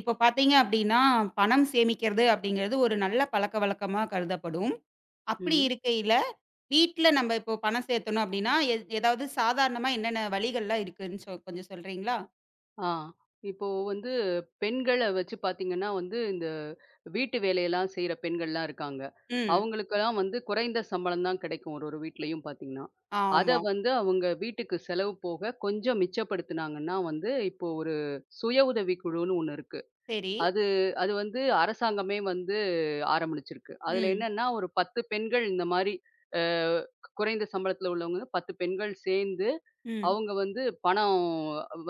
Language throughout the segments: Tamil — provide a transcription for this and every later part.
இப்ப பார்த்தீங்க அப்படின்னா, பணம் சேமிக்கிறது அப்படிங்கிறது ஒரு நல்ல பழக்கவழக்கமா கருதப்படும். அப்படி ம். இருக்கையில, வீட்ல நம்ம இப்போ பணம் சேர்த்தணும் அப்படின்னா, ஏதாவது சாதாரணமா என்னென்ன வழிகள்லாம் இருக்குன்னு கொஞ்சம் சொல்றீங்களா? ஆ. இப்போ வந்து பெண்கள வச்சு பார்த்தீங்கன்னா, வந்து இந்த வீட்டு வேலையெல்லாம் செய்ற பெண்கள்லாம் இருக்காங்க. ம். அவங்களுக்கெல்லாம் வந்து குறைந்த சம்பளம் தான் கிடைக்கும். ஒரு ஒரு வீட்லயும் பார்த்தீங்கன்னா. அத ஆமா. வந்து அவங்க வீட்டுக்கு செலவு போக கொஞ்சம் மிச்சப்படுத்துனாங்கன்னா வந்து, இப்போ ஒரு சுய உதவி குழுன்னு ஒண்ணு இருக்கு. சரி. அது அது வந்து அரசாங்கமே வந்து ஆரம்பிச்சிருக்கு. அதுல ம். என்னன்னா, ஒரு 10 பெண்கள் இந்த மாரி அ குறைந்த சம்பளத்துல உள்ளவங்க 10 பெண்கள் சேர்ந்து ம். அவங்க வந்து பணம்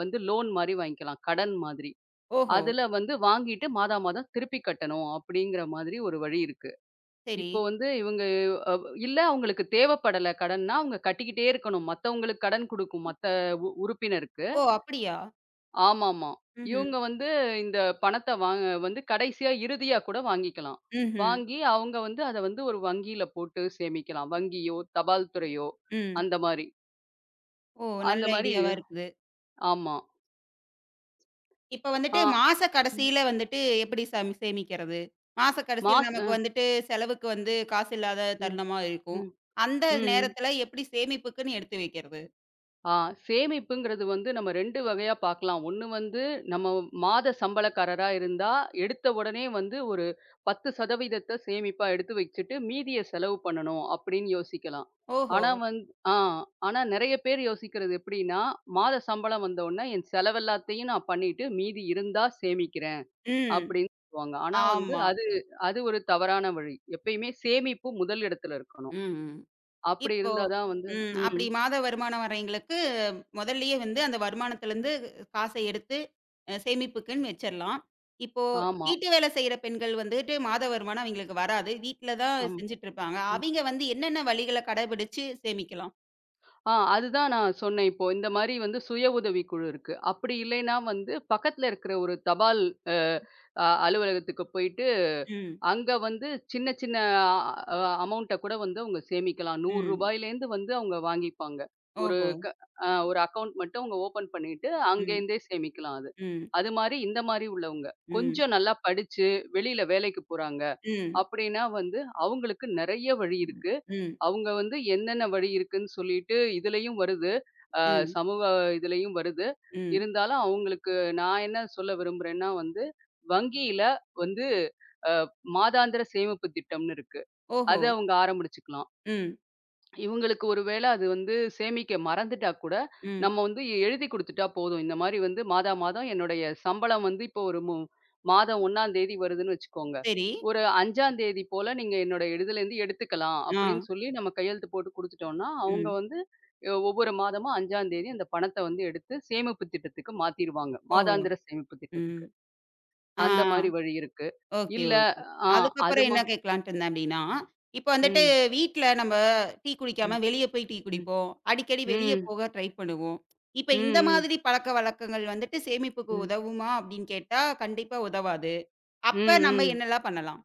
வந்து லோன் மாரி வாங்கிக்கலாம். கடன் மாதிரி. ஓஹோ! அதுல வந்து வாங்கிட்டு மாதா மாதம் திருப்பி கட்டணும் அப்படிங்கிற மாதிரி ஒரு வழி இருக்கு. சரி. இப்போ வந்து இவங்க இல்ல அவங்களுக்கு தேவைப்படல கடன்னா, அவங்க கட்டிக்கிட்டே இருக்கணும். மத்தவங்களுக்கு கடன் குடுக்கும் மத்த உறுப்பினருக்கு. ஓ! அப்படியா? ஆமாமா. ம்ஹ்ம். இவங்க வந்து இந்த பணத்த வாங்க வந்து கடைசியா இறுதியா கூட வாங்கிக்கலாம். ம்ஹ்ம். வாங்கி அவங்க வந்து அத வந்து ஒரு வங்கியில போட்டு சேமிக்கலாம். வங்கியோ, தபால் துறையோ ம். அந்த மாரி. ஓ! அந்த நல்ல மாரி ஐடியாவா இருக்குது. ஆமா. இப்ப ஆ வந்துட்டு மாச கடைசியில வந்துட்டு எப்படி சேமிக்கிறது? மாச கடைசியில மாஸ் நமக்கு வந்துட்டு செலவுக்கு வந்து காசு இல்லாத ம், தருணமா இருக்கும். ம், அந்த ம். நேரத்துல எப்படி சேமிப்புக்குன்னு எடுத்து வைக்கிறது? ஆ சேமிப்புங்கிறது வந்து நம்ம 2 வகையா பார்க்கலாம். ஒண்ணு வந்து நம்ம மாத சம்பளக்காரரா இருந்தா, எடுத்த உடனே வந்து ஒரு 10% சேமிப்பா எடுத்து வச்சுட்டு, மீதிய செலவு பண்ணணும் அப்படின்னு யோசிக்கலாம். ஓஹோ! ஆனா வந் ஆ ஆனா நெறைய பேர் யோசிக்கிறது எப்படின்னா, மாத சம்பளம் வந்த உடனே என் செலவெல்லாத்தையும் நான் பண்ணிட்டு, மீதி இருந்தா சேமிக்கிறேன் ம். அப்படின்னு சொல்லுவாங்க. ஆனா வந்து ஆமா. அது அது ஒரு தவறான வழி. எப்பயுமே சேமிப்பு முதல் இடத்துல இருக்கணும். ம். ம். அப்படி இப்போ இருந்தா தான் வந்து ம். அப்படி ம். மாத வருமானம் வர்றவைங்களுக்கு முதல்லயே வந்து அந்த வருமானத்துலருந்து காசை எடுத்து சேமிப்புக்குன்னு வச்சிரலாம். இப்போ ஆமா. வீட்டு வேலை செய்ற பெண்கள் வந்துட்டு மாத வருமானம் அவைங்களுக்கு வராது. வீட்ல தான் ஆமா. செஞ்சுட்டு இருப்பாங்க. ம். அவைங்க வந்து என்னென்ன வழிகள கடைபிடிச்சு சேமிக்கலாம்? அதுதான் நான் சொன்னேன் இப்போ. இந்த மாரி வந்து சுய உதவிக்குழு இருக்கு. அப்படி இல்லைன்னா வந்து பக்கத்துல இருக்கிற ஒரு தபால் அ அ அலுவலகத்துக்கு போயிட்டு, ம், அங்க வந்து சின்ன சின்ன அ அமௌண்ட்ட கூட வந்து அவங்க சேமிக்கலாம். ரூ. ம். 100லேருந்து வந்து அவங்க வாங்கிப்பாங்க. ஒரு ஓஹோ! க அ ஒரு அக்கவுண்ட் மட்டும் அவங்க ஓப்பன் பண்ணிட்டு, ம், அங்கேருந்தே சேமிக்கலாம் அது. ம், அது மாரி இந்த மாரி உள்ளவங்க, ம், கொஞ்சம் நல்லா படிச்சு வெளியில வேலைக்கு போறாங்க ம், அப்படின்னா வந்து, அவங்களுக்கு நெறைய வழி இருக்கு. ம், அவங்க வந்து என்னென்ன வழி இருக்குன்னு சொல்லிட்டு இதுலயும் வருது. அ ம், சமூக இதுலயும் வருது. ம். இருந்தாலும் அவங்களுக்கு நான் என்ன சொல்ல விரும்புறேன்னா வந்து, வங்கியில வந்து அ மாதாந்திர சேமிப்பு திட்டம்னு இருக்கு. ஓஹோ! அத அவங்க ஆரம்பிச்சுக்கலாம். ம், இவங்களுக்கு ஒரு வேள அது வந்து சேமிக்க மறந்துட்டா கூட, ம். நம்ம வந்து எழுதி குடுத்துட்டா போதும். இந்த மாரி வந்து மாதா மாதம் என்னுடைய சம்பளம் வந்து இப்போ ஒரு மாதம் 1 தேதி வருதுன்னு வச்சுக்கோங்க. சரி. ஒரு 5 தேதி போல நீங்க என்னோட இதுலேருந்து எடுத்துக்கலாம் ஆ, அப்படின்னு சொல்லி நம்ம கையெழுத்து போட்டு குடுத்துட்டோம்னா, அவங்க ம். வந்து ஒவ்வொரு மாதமும் 5 தேதி அந்த பணத்த வந்து எடுத்து சேமிப்பு திட்டத்துக்கு மாத்திருவாங்க. ஓஹோ! மாதாந்திர சேமிப்பு திட்டத்துக்கு. ம். ஆ. அந்த மாரி வழி இருக்கு. ஓகே, இல்ல ஓகே. ஆ அதுக்கப்புறம் அதுமா என்ன கேட்கலான்ட்டு இருந்தேன் அப்படின்னா, இப்ப வந்துட்டு ம், வீட்ல நம்ம டீ குடிக்காம ம், வெளிய போய் டீ ம், குடிப்போம். அடிக்கடி வெளிய ம், போக ட்ரை பண்ணுவோம். இப்ப ம், இந்த ம், மாதிரி பழக்கவழக்கங்கள் வந்துட்டு சேமிப்புக்கு ம், உதவுமா அப்படின்னு கேட்டா, கண்டிப்பா உதவாது. ம், அப்ப நம்ம ம். என்னலாம் பண்ணலாம்?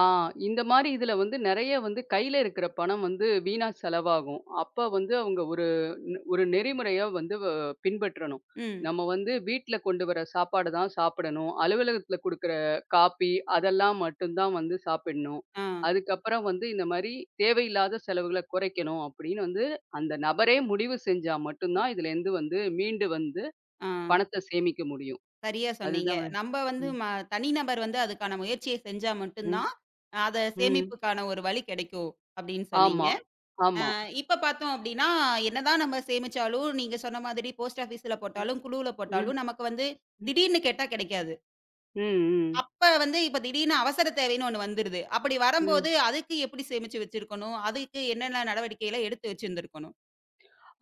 ஆ இந்த மாரி இதுல வந்து நெறைய வந்து கையில இருக்கிற பணம் வந்து வீணா செலவாகும். அப்ப வந்து அவங்க ஒரு நெறிமுறைய வந்து பின்பற்றணும். ம். நம்ம வந்து வீட்ல கொண்டு வர சாப்பாடு தான் சாப்பிடணும். அலுவலகத்துல குடுக்குற காப்பி அதெல்லாம் மட்டும் தான் வந்து சாப்பிடணும். ஆ, அதுக்கப்புறம் வந்து இந்த மாரி தேவையில்லாத செலவுகள குறைக்கணும் அப்படின்னு வந்து அந்த நபரே முடிவு செஞ்சா மட்டும் தான் இதுலேருந்து வந்து மீண்டு வந்து ஆ. பணத்த சேமிக்க முடியும். சரியா சொன்னீங்க. அதுதான் நம்ப வந்து ம், தனிநபர் வந்து அதுக்கான முயற்சிய செஞ்சா மட்டும் ம், தான், அத ம். சேமிப்புக்கான ஒரு வழி கிடைக்கும் அப்படின்னு சொன்னீங்க. ஆமா, ஆமா. இப்ப பார்த்தோம் அப்படின்னா, என்னதான் நம்ம சேமிச்சாலும், நீங்க சொன்ன மாதிரி போஸ்ட் ஆஃபீஸ்ல ம், போட்டாலும், குழுவுல ம். போட்டாலும், நமக்கு வந்து திடீர்னு கேட்டா கிடைக்காது. ம், ம், அப்ப வந்து இப்ப திடீர்னு அவசர தேவைன்னு ஒண்ணு வந்துருது. அப்படி ம். வரம்போது அதுக்கு எப்படி சேமிச்சு வச்சிருக்கணும்? அதுக்கு என்னென்ன நடவடிக்கைலாம் எடுத்து வச்சிருந்திருக்கணும்?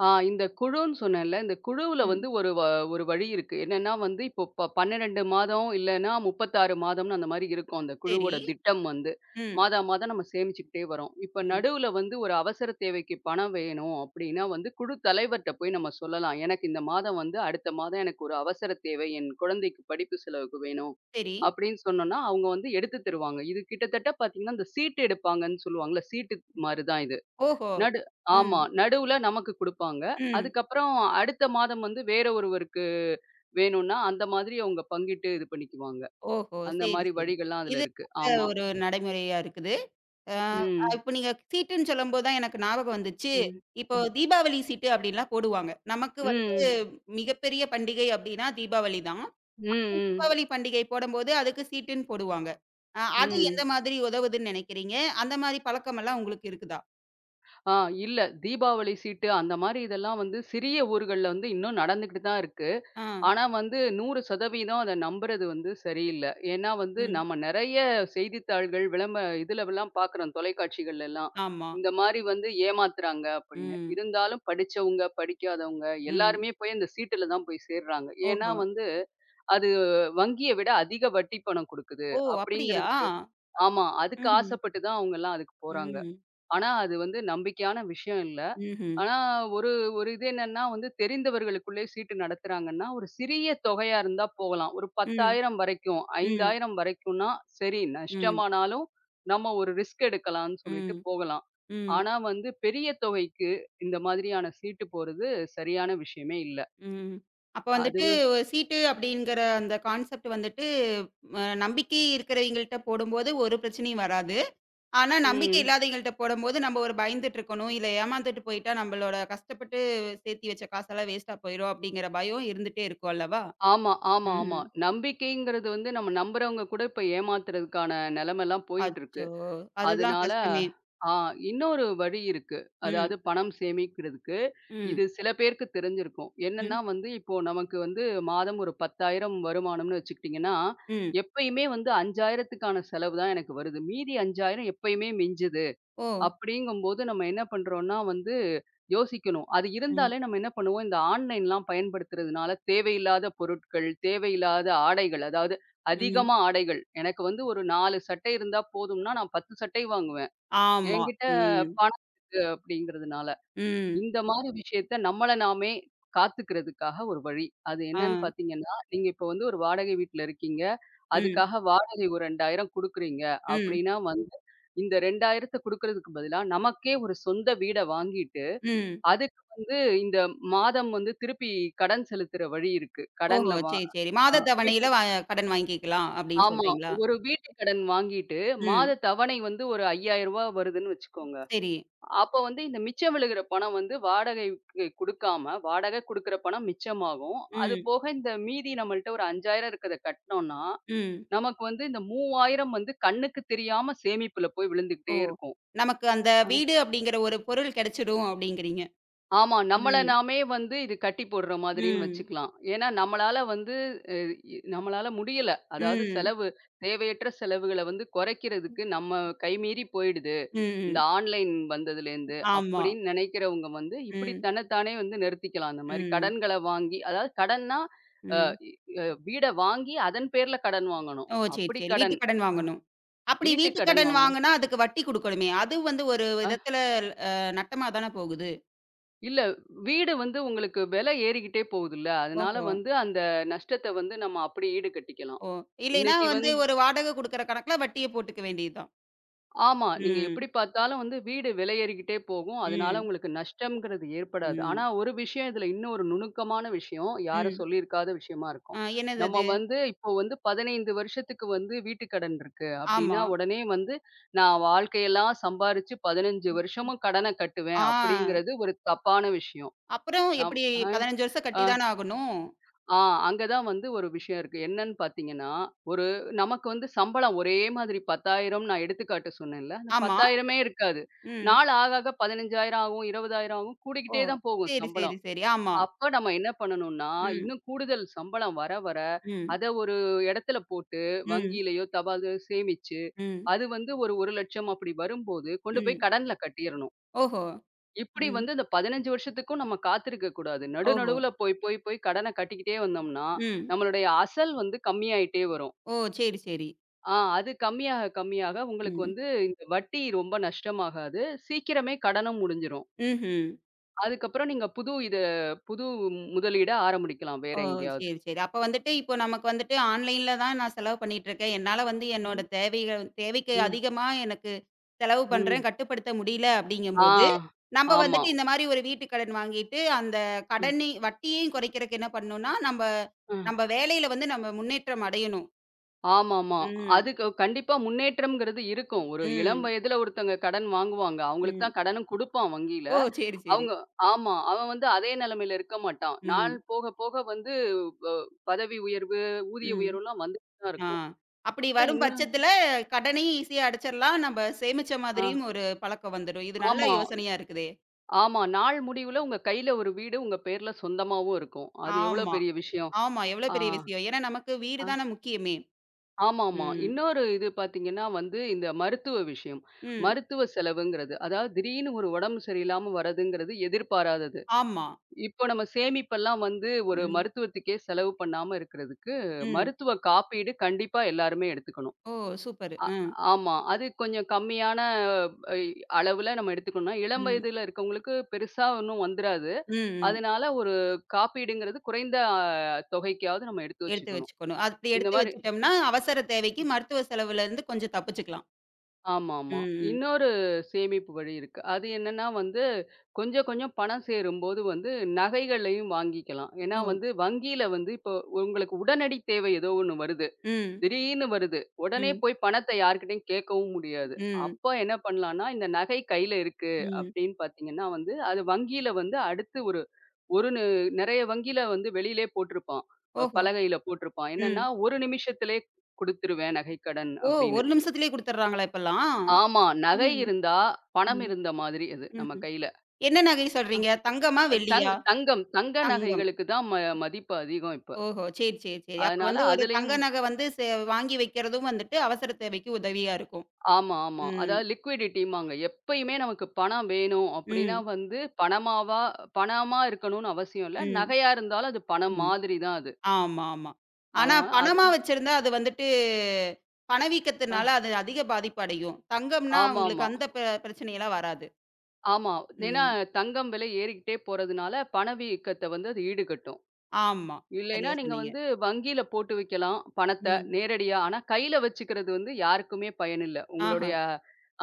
இந்த குழுன்னு சொன்னேன்ல, இந்த குழுவுல வந்து ம். ஒரு வழி இருக்கு. என்னன்னா வந்து இப்போ 12 மாதம் இல்லன்னா 36 மாதம்னு அந்த மாரி இருக்கும். அந்த சரி. குழுவோட திட்டம் வந்து. ம். மாதா மாதம் நம்ம சேமிச்சுக்கிட்டே வரோம். இப்ப ம். நடுவுல வந்து ஒரு அவசர தேவைக்கு பணம் வேணும் அப்டின்னா வந்து குழு தலைவர்ட்ட போய் நம்ம சொல்லலாம். எனக்கு இந்த மாதம் வந்து அடுத்த மாதம் எனக்கு ஒரு அவசர தேவை. என் குழந்தைக்கு படிப்பு செலவுக்கு வேணும். சரி. அப்டின்னு சொன்னோம்னா, அவங்க வந்து எடுத்து தருவாங்க. இது கிட்டத்தட்ட பார்த்தீங்கன்னா, இந்த சீட்டு எடுப்பாங்கன்னு சொல்லுவாங்கல்ல, சீட்டு மாரி தான் இது. ஓஹோ! நடு ஆமா. ம். நடுவுல நமக்கு குடுப்பாங்க. ம். அதுக்கப்புறம் அடுத்த மாதம் வந்து வேற ஒருவருக்கு வேணும்னா, அந்த மாதிரி அவங்க பங்கிட்டு இது பண்ணிக்குவாங்க. ஓஹோ! அந்த சரி, மாரி சரி. வழிகள்லாம் அதுல இது இருக்கு. நல்ல ஆமா. ஒரு நடைமுறையா இருக்குது. ம். இப்ப நீங்க சீட்டுன்னு சொல்லும்போது தான் எனக்கு ஞாபகம் வந்துச்சு. ம். இப்போ ம். தீபாவளி சீட்டு அப்படின்லாம் போடுவாங்க. நமக்கு வந்து ம். மிகப்பெரிய பண்டிகை அப்படின்னா தீபாவளி தான். ம். ம். தீபாவளி பண்டிகை போடும்போது அதுக்கு சீட்டுன்னு போடுவாங்க. அது ஆமா. எந்த ம். மாதிரி உதவுதுன்னு நினைக்கிறீங்க? அந்த மாரி பழக்கமெல்லாம் உங்களுக்கு இருக்குதா? ஆ இல்ல. தீபாவளி சீட்டு அந்த மாரி இதெல்லாம் வந்து சிறிய ஊர்கள்ல வந்து இன்னும் நடந்துகிட்டு தான் இருக்கு. ஆ. ஆனா வந்து 100% அத நம்புறது வந்து சரியில்ல. ஏன்னா வந்து ம். நம்ம நெறைய செய்தித்தாள்கள், விளம்ப இதுலவெல்லாம் பார்க்குறோம் தொலைக்காட்சிகள்லலாம். ஆமா. இந்த மாரி வந்து ஏமாத்துறாங்க அப்படின்னு. ம். இருந்தாலும் படிச்சவங்க, படிக்காதவங்க ம். எல்லாருமே போய் அந்த சீட்டுல தான் போய் சேர்றாங்க. ஏன்னா ஓஹோ! வந்து அது வங்கிய விட அதிக வட்டி பணம் குடுக்குது ஓ! அப்படியா? அப்படிங்கிறதுக்கு ஆமா. அதுக்கு ம்ஹ்ம். ஆசைப்பட்டு தான் அவங்கலாம் அதுக்கு போறாங்க. ம். ஆனா, அது வந்து நம்பிக்கையான விஷயம் இல்ல. ம்ஹ்ம். ஆனா, ஒரு ஒரு இது என்னன்னா வந்து தெரிந்தவர்களுக்குள்ளே சீட்டு நடத்துறாங்கன்னா, ஒரு சிறிய தொகையா இருந்தா போகலாம். ஒரு ம். 10,000 வரைக்கும், ம். 5,000 வரைக்கும்னா சரி, ம். நஷ்டமானாலும் நம்ம ஒரு ரிஸ்க் எடுக்கலாம்னு சொல்லிட்டு ம். போகலாம். ம். ஆனா வந்து பெரிய தொகைக்கு இந்த மாதிரியான சீட்டு போறது சரியான விஷயமே இல்ல. ம். அப்ப வந்துட்டு அதுவும் ஒரு சீட்டு அப்படிங்கிற அந்த கான்செப்ட் வந்துட்டு நம்பிக்கை இருக்கிறவங்கள்ட்ட போடும்போது ஒரு பிரச்சனையும் வராது. ஆனா நம்பிக்கை ம். இல்லாதவங்கள்ட்ட போடும்போது நம்ம ஒரு பயந்துட்டு இருக்கணும். இல்ல ஏமாந்துட்டு போயிட்டா நம்மளோட கஷ்டப்பட்டு சேர்த்தி வச்ச காசெல்லாம் வேஸ்ட்டா போயிரும் அப்படிங்கிற பயம் இருந்துட்டே இருக்கும் அல்லவா? ஆமா, ஆமா, ஆமா. ம். நம்பிக்கைங்கிறது வந்து நம்ம நம்புறவங்க கூட இப்ப ஏமாத்துறதுக்கான நெலைமைலாம் போயிட்டு இருக்கு. அச்சோ! அதுதான் அதனால கஷ்டமே. ஆ இன்னொரு வழி இருக்கு. ம். அதாவது பணம் சேமிக்கிறதுக்கு. ம். இது சில பேருக்கு தெரிஞ்சிருக்கும். என்னன்னா ம். வந்து, இப்போ நமக்கு வந்து மாதம் ஒரு 10,000 வருமானம்னு வச்சுக்கிட்டீங்கன்னா, ம். எப்பயுமே வந்து 5,000த்துக்கான செலவு தான் எனக்கு வருது. மீதி 5,000 எப்பயுமே மிஞ்சுது. ஓ! அப்படிங்கும்போது நம்ம என்ன பண்றோம்னா வந்து யோசிக்கணும். அது ம். இருந்தாலே நம்ம என்ன பண்ணுவோம், இந்த ஆன்லைன்லாம் பயன்படுத்துறதுனால தேவையில்லாத பொருட்கள், தேவையில்லாத ஆடைகள், அதாவது ம். அதிகமா ஆடைகள். எனக்கு வந்து ஒரு 4 சட்டை இருந்தா போதும்னா, நான் 10 சட்டை வாங்குவேன். ஆமா. என்கிட்ட ம். பணம் இருக்கு அப்படிங்கிறதுனால. ம். இந்த மாரி விஷயத்த நம்மள நாமே காத்துக்கிறதுக்காக ஒரு வழி. அது ஆ. என்னன்னு பார்த்தீங்கன்னா, நீங்க இப்போ வந்து ஒரு வாடகை வீட்ல இருக்கீங்க. ம். அதுக்காக வாடகை ஒரு 2,000 குடுக்குறீங்க ம். அப்படின்னா வந்து, இந்த 2000த்த குடுக்குறதுக்கு பதிலா, நமக்கே ஒரு சொந்த வீட வாங்கிட்டு, ம். அதுக்கு வந்து இந்த மாதம் வந்து திருப்பி கடன் செலுத்துற வழி இருக்கு. ஓஹோ! கடன்ல வா சரி, சரி. ஆ மாத வீட்டு தவணையில கடன் வாங்கிக்கலாம் அப்படின்னு ஆமா. சொல்றீங்களா? ஒரு வீட்டு கடன் வாங்கிட்டு, மாத ம். தவணை வந்து ஒரு ரூ. 5,000 வருதுன்னு வச்சுக்கோங்க. சரி. அப்ப வந்து இந்த மிச்சம் விழுகிற பணம் வந்து வாடகைக்கு குடுக்காம, வாடகை குடுக்குற பணம் மிச்சமாகும். அது ம், போக இந்த மீதி நம்மள்ட்ட ஒரு 5,000 இருக்கிறத கட்டுனோம்னா, ம். நமக்கு வந்து இந்த 3,000 வந்து கண்ணுக்கு தெரியாம சேமிப்புல போய் ஓ! விழுந்துகிட்டே இருக்கும். நமக்கு அந்த வீடு அப்படிங்கிற ஒரு பொருள் கிடைச்சிடும் அப்படிங்கிறீங்க. ஆமா. நம்மள ம், நாமே வந்து இது கட்டி போடுற மாதிரின்னு ம், வச்சுக்கலாம். ஏன்னா நம்மளால வந்து அ இ நம்மளால முடியல. அதாவது ம், செலவு தேவையற்ற செலவுகள வந்து குறைக்கிறதுக்கு நம்ம கைமீறி போயிடுது. இந்த ம். ஆன்லைன் வந்ததுலேருந்து ஆமா. அப்படின்னு நினைக்கிறவங்க வந்து இப்படி ம், தன்னைத்தானே வந்து நிறுத்திக்கலாம். அந்த மாரி ம், கடன்கள வாங்கி அதாவது கடன்னா அ ம். இ அ வீட வாங்கி அதன் பேர்ல கடன் வாங்கணும். ஓ! சரி, அப்படி சரி. வீட்டு கடன். கடன் அ வாங்கணும். அப்படி வீட்டு வீட்டு கடன் கடன் வாங்கணும். வாங்குனா அதுக்கு வட்டி குடுக்கணுமே! அது வந்து ஒரு விதத்துல அ நட்டமா தான போகுது. இல்ல. வீடு வந்து உங்களுக்கு விலை ஏறிக்கிட்டே போகுதுல்ல. அதனால ஓஹோ! வந்து அந்த நஷ்டத்த வந்து நம்ம அப்படி ஈடு கட்டிக்கலாம். ஓ! இல்லைன்னா இன்னைக்கு வந்து வந்து ஒரு வாடகை குடுக்குற கணக்குல வட்டிய போட்டுக்க வேண்டியது தான். ஆமா. நீங்க எப்படி ம், பார்த்தாலும் வந்து வீடு விலை ஏறிக்கிட்டே போகும். அதனால ம், உங்களுக்கு நஷ்டம்ங்கிறது ஏற்படாது. ஆனா ம். ஒரு விஷயம் இதுல இன்னும் ஒரு நுணுக்கமான விஷயம், யாரும் ம். சொல்லியிருக்காத விஷயமா இருக்கும். என்னது நம்ம அது? வந்து இப்போ வந்து 15 வருஷத்துக்கு வந்து வீட்டு கடன் இருக்கு அப்படின்னா, ஆமா. உடனே வந்து நான் வாழ்க்கையெல்லாம் சம்பாரிச்சு 15 வருஷமும் கடன கட்டுவேன் ஆ. அப்படிங்கிறது ஒரு தப்பான விஷயம். அப்புறம் நம் எப்படி அ, 15 வருஷம் கட்டி ஆ. தான ஆகணும். ஆ அங்க தான் வந்து ஒரு விஷயம் இருக்கு. என்னன்னு பார்த்தீங்கன்னா, ஒரு நமக்கு வந்து சம்பளம் ஒரே மாதிரி 10,000 நான் எடுத்துக்காட்டு சொன்னேன்ல. அந்த ஆமா. 10,000மே இருக்காது. ம். நாள் ஆக ஆக 15,000 ஆகும், 20,000 ஆகும். ஓ! கூடிக்கிட்டே தான் போகும் சரி, சரி, சம்பளம். சரி. ஆமா. அப்ப நம்ம என்ன பண்ணணும்னா, ம், இன்னும் கூடுதல் சம்பளம் வர வர ம், அத ஒரு இடத்துல போட்டு ம், வங்கியிலயோ, தபால்ல சேமிச்சு, ம், அது வந்து ஒரு 1,00,000 அப்படி வரும்போது கொண்டு போய் ம். கடன்ல கட்டிறணும். ஓஹோ! இப்படி ம். வந்து இந்த 15 வருஷத்துக்கும் நம்ம காத்திருக்க கூடாது. நடு ஓஹோ! நடுவுல போய், போய், போய் கடன கட்டிக்கிட்டே வந்தோம்னா, ம். நம்மளுடைய அசல் வந்து கம்மியாயிட்டே வரும். ஓ! சரி, சரி. அது கம்மியாக, கம்மியாக உங்களுக்கு ம். வந்து இந்த வட்டி ரொம்ப நஷ்டமாகாது. சீக்கிரமே கடனும் முடிஞ்சிரும். ம்ஹ்ம். அதுக்கப்புறம் நீங்க புது முதலீட ஆரம்பிக்கலாம் வேற ஓ! எங்கேயாவது. சரி, சரி. அப்ப வந்துட்டு இப்போ நமக்கு வந்துட்டு ஆன்லைன்ல தான் நான் செலவு பண்ணிட்டுருக்கேன். என்னால வந்து என்னோட ம், தேவைகள் தேவைக்கு ம், அதிகமா எனக்கு செலவு ம். பண்றேன். கட்டுப்படுத்த முடியல ஆ, அப்படிங்கும்போது, நம்ப ஆமா. வந்துட்டு இந்த மாரி ஒரு வீட்டு கடன் வாங்கிட்டு, அந்த ம். கடனை வட்டியையும் குறைக்கிறக்கு என்ன பண்ணணும்னா, நம்ப அ நம்ப வேலையில வந்து நம்ம முன்னேற்றம் அடையணும். ஆமாமா. ம். அதுக்கு கண்டிப்பா முன்னேற்றம்ங்கிறது இருக்கும். ஒரு இளம் ம். வயதுல ஒருத்தங்க கடன் வாங்குவாங்க. அவங்களுக்கு ம். தான் கடனும் குடுப்பான் வங்கியில. ஓ! சரி, சரி. அவங்க ஆமா. அவன் வந்து அதே நிலைமையில இருக்க மாட்டான். நாள் ம். போக போக வந்து பதவி உயர்வு, ஊதிய ம். உயர்வுலாம் வந்துட்டு தான் ஆ. இருக்கும். அப்படி அப்புறம் வரும் இன்னும் பட்சத்துல கடனையும் ஈஸியா அடைச்சிரலாம். நம்ப சேமிச்ச ஆ மாதிரியும் ஒரு பழக்கம் வந்துரும். இது நல்ல ஆமா, யோசனையா இருக்குதே! ஆமா. நாள் முடிவுல உங்க கையில ஒரு வீடு உங்க பேர்ல சொந்தமாவும் இருக்கும். அது எவ்வளோ ஆமா, பெரிய விஷயம். ஆமா. எவ்வளோ ஆ, பெரிய விஷயம். ஏன்னா நமக்கு வீடு ஆ. தானே முக்கியமே! ஆமாமா. ம், இன்னொரு இது பார்த்தீங்கன்னா வந்து இந்த மருத்துவ விஷயம். ம். மருத்துவ செலவுங்கிறது. அதாவது திடீர்னு ஒரு உடம்பு சரியில்லாம வரதுங்கிறது எதிர்பாராதது. ஆமா. இப்போ நம்ம சேமிப்பெல்லாம் வந்து ஒரு ம், மருத்துவத்துக்கே செலவு பண்ணாம இருக்கிறதுக்கு, ம். மருத்துவ காப்பீடு கண்டிப்பா எல்லாருமே எடுத்துக்கணும். ஓ! சூப்பரு. அ ம், ஆமா. அது கொஞ்சம் கம்மியான அ அளவுல நம்ம எடுத்துக்கணும்னா, இளம் ம், வயதுல இருக்கவங்களுக்கு பெருசா ஒண்ணும் வந்துராது. ம், ம். அதனால ஒரு காப்பீடுங்கிறது குறைந்த தொகைக்காவது நம்ம எடுத்து எடுத்து வச்சுக்கணும். வச்சுக்கணும். அப்படி இந்த எடுத்து மாரி வச்சுட்டோம்னா, அவசர தேவைக்கு மருத்துவ செலவுலருந்து கொஞ்சம் தப்பிச்சுக்கலாம். ஆமாமா. ம், ம். இன்னொரு சேமிப்பு வழி இருக்கு. அது என்னன்னா வந்து, கொஞ்சம் கொஞ்சம் பணம் சேரும்போது வந்து நகைகளையும் வாங்கிக்கலாம். ஏன்னா ஓ! வந்து வங்கியில வந்து இப்போ உங்களுக்கு உடனடி தேவை ஏதோ ஒண்ணு வருது. ம், திடீர்னு வருது. உடனே ம், போய் பணத்த யார்கிட்டயும் கேட்கவும் முடியாது. ம், அப்ப என்ன பண்ணலான்னா, இந்த நகை கையில இருக்கு ம். அப்படின்னு பார்த்தீங்கன்னா வந்து, அது வங்கியில வந்து அடுத்து ஒரு ஒரு நு நெறைய வங்கியில வந்து வெளியிலே போட்டிருப்பான். ஓஹோ! பலகையில போட்டிருப்பான். ம். என்னன்னா, "1 நிமிஷத்திலே குடுத்துருவேன் நகைக்கடன்" ஓ! அப்படின்னு. 1 நிமிஷத்திலேயே குடுத்துடுறாங்களா இப்பல்லாம்? ஆமா. நகை ம், இருந்தா, பணம் ம், இருந்த மாதிரி அது நம்ம ம்ஹ்ம். கையில. என்ன நகை சொல்றீங்க? தங்கமா? வெள்ளியா? தங்கம் தங்க தங்கம். நகைகளுக்கு தான் மதிப்பு அதிகம் இப்ப. ஓஹோ! சரி, சரி, சரி. அப்ப அதனால வந்து ஒரு அதுலயும் தங்க நகை வந்து வாங்கி வைக்கிறதும் வந்துட்டு அவசர தேவைக்கு உதவியா இருக்கும். ஆமா, ஆமா. ம், அதாவது லிக்விடிட்டிம்பாங்க. எப்பயுமே நமக்கு பணம் வேணும் அப்படின்னா ம், வந்து பணமாவா பணமா இருக்கணும்னு அவசியம் இல்ல. ம், நகையா இருந்தாலும் அது பணம் ம். மாதிரி தான் அது. ஆமா, ஆமா. ஆனா அதனால அது பணமா வச்சிருந்தா அது வந்துட்டு அ பணவீக்கத்தினால அது அதிக பாதிப்பு அடையும். தங்கம்னா ஆமாமா. ஆமா. உங்களுக்கு அந்த பிரச்சனையெல்லாம் வராது. ஆமா ஏன்னா ம். தங்கம் விலை ஏறிக்கிட்டே போறதுனால பணவீக்கத்த வந்து அது ஈடுகட்டும். ஆமா. இல்லைன்னா, சரியா நீங்க சொன்னீங்க. வந்து வங்கியில போட்டு வைக்கலாம் பணத்த ம். நேரடியா. ஆனா, கையில வச்சுக்கிறது வந்து யாருக்குமே பயனில்ல. ஆஹா. உங்களுடைய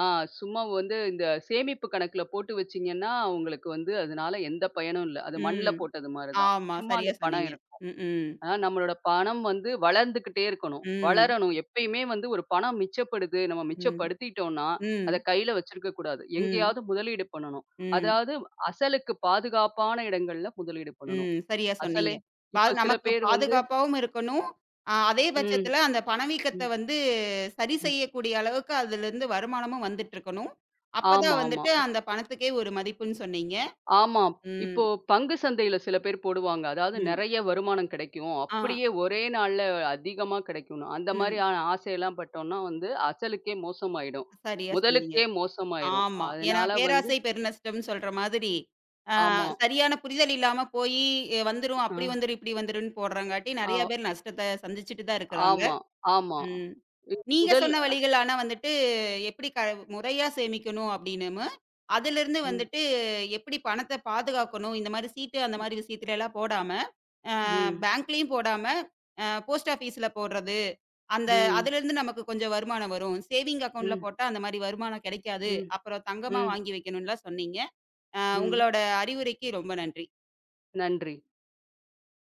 ஆ சும்மா வந்து இந்த சேமிப்பு கணக்குல போட்டு வச்சீங்கன்னா, உங்களுக்கு வந்து அதனால எந்த பயனும் இல்ல. அது மண்ல ம். போட்டது மாரி தான். ஆமா. சும்மா சரியா அந்த பணம் சொன்னீங்க. இருக்கும். ம், ம், ஆனா, நம்மளோட பணம் வந்து வளர்ந்துக்கிட்டே இருக்கணும். ம், வளரணும். எப்பயுமே வந்து ஒரு பணம் மிச்சப்படுது, நம்ம ம், மிச்சப்படுத்திட்டோம்னா, ம், அத கையில வச்சிருக்க கூடாது. ம், எங்கேயாவது முதலீடு பண்ணணும். ம். அதாவது அசலுக்கு பாதுகாப்பான இடங்கள்ல முதலீடு பண்ணணும். ம். சரியா சொன்னீங்க. அசலே இப்ப சில நமக்கு பேர் வந்து பாதுகாப்பாவும் இருக்கணும். அதே ம், பட்சத்தில அந்த பணவீக்கத்த ம், வந்து சரி ம். செய்யக்கூடிய அளவுக்கு அதுலருந்து வருமானமும் வந்துட்டுருக்கணும். ஆமா, அப்பதான் ஆமா. வந்துட்டு அந்த பணத்துக்கே ஒரு மதிப்புன்னு சொன்னீங்க. ஆமா. ம், இப்போ பங்கு சந்தையில சில பேர் போடுவாங்க. அதாவது ம். நெறைய வருமானம் கிடைக்கும். ஆ, அப்படியே ஒரே நாள்ல அதிகமா கிடைக்கும்னு. அந்த ம். மாரியான ஆசையெல்லாம் பட்டோம்னா வந்து அசலுக்கே மோசமாயிடும். சரியா சொன்னீங்க. முதலுக்கே மோசமாயிரும். ஆமா. ஏன்னா அதனால வந்து பேராசை பெருநஷ்டம்னு சொல்ற மாதிரி, அ ஆமா. சரியான புரிதல் இல்லாம போயி வந்துரும், அப்படி ஆ, வந்துரும், இப்படி வந்துரும்ன்னு போடுறங்காட்டி ஆ நெறைய பேர் நஷ்டத்த சந்திச்சுட்டு தான் இருக்கிறாங்க. ஆமா, ஆமா. ம். இ நீங்க முதல் சொன்ன வழிகள் ஆனா வந்துட்டு எப்படி முறையா சேமிக்கணும் அப்படின்னு, அதிலிருந்து ம், வந்துட்டு எப்படி பணத்த பாதுகாக்கணும், இந்த மாரி சீட்டு அந்த ம், மாரி விஷயத்துலலாம் போடாம, அ ம், பேங்க்லயும் போடாம, போஸ்ட் ஆஃபீஸ்ல போடுறது. அந்த ம், அதிலிருந்து நமக்கு கொஞ்சம் வருமானம் வரும். சேவிங் அக்கவுண்ட்ல ம், போட்டா அந்த மாரி வருமானம் கிடைக்காது. அப்புறம் தங்கமா ம், வாங்கி வைக்கணும்லாம் சொன்னீங்க. ம். உங்களோட அறிவுரைக்கு ரொம்ப நன்றி. நன்றி.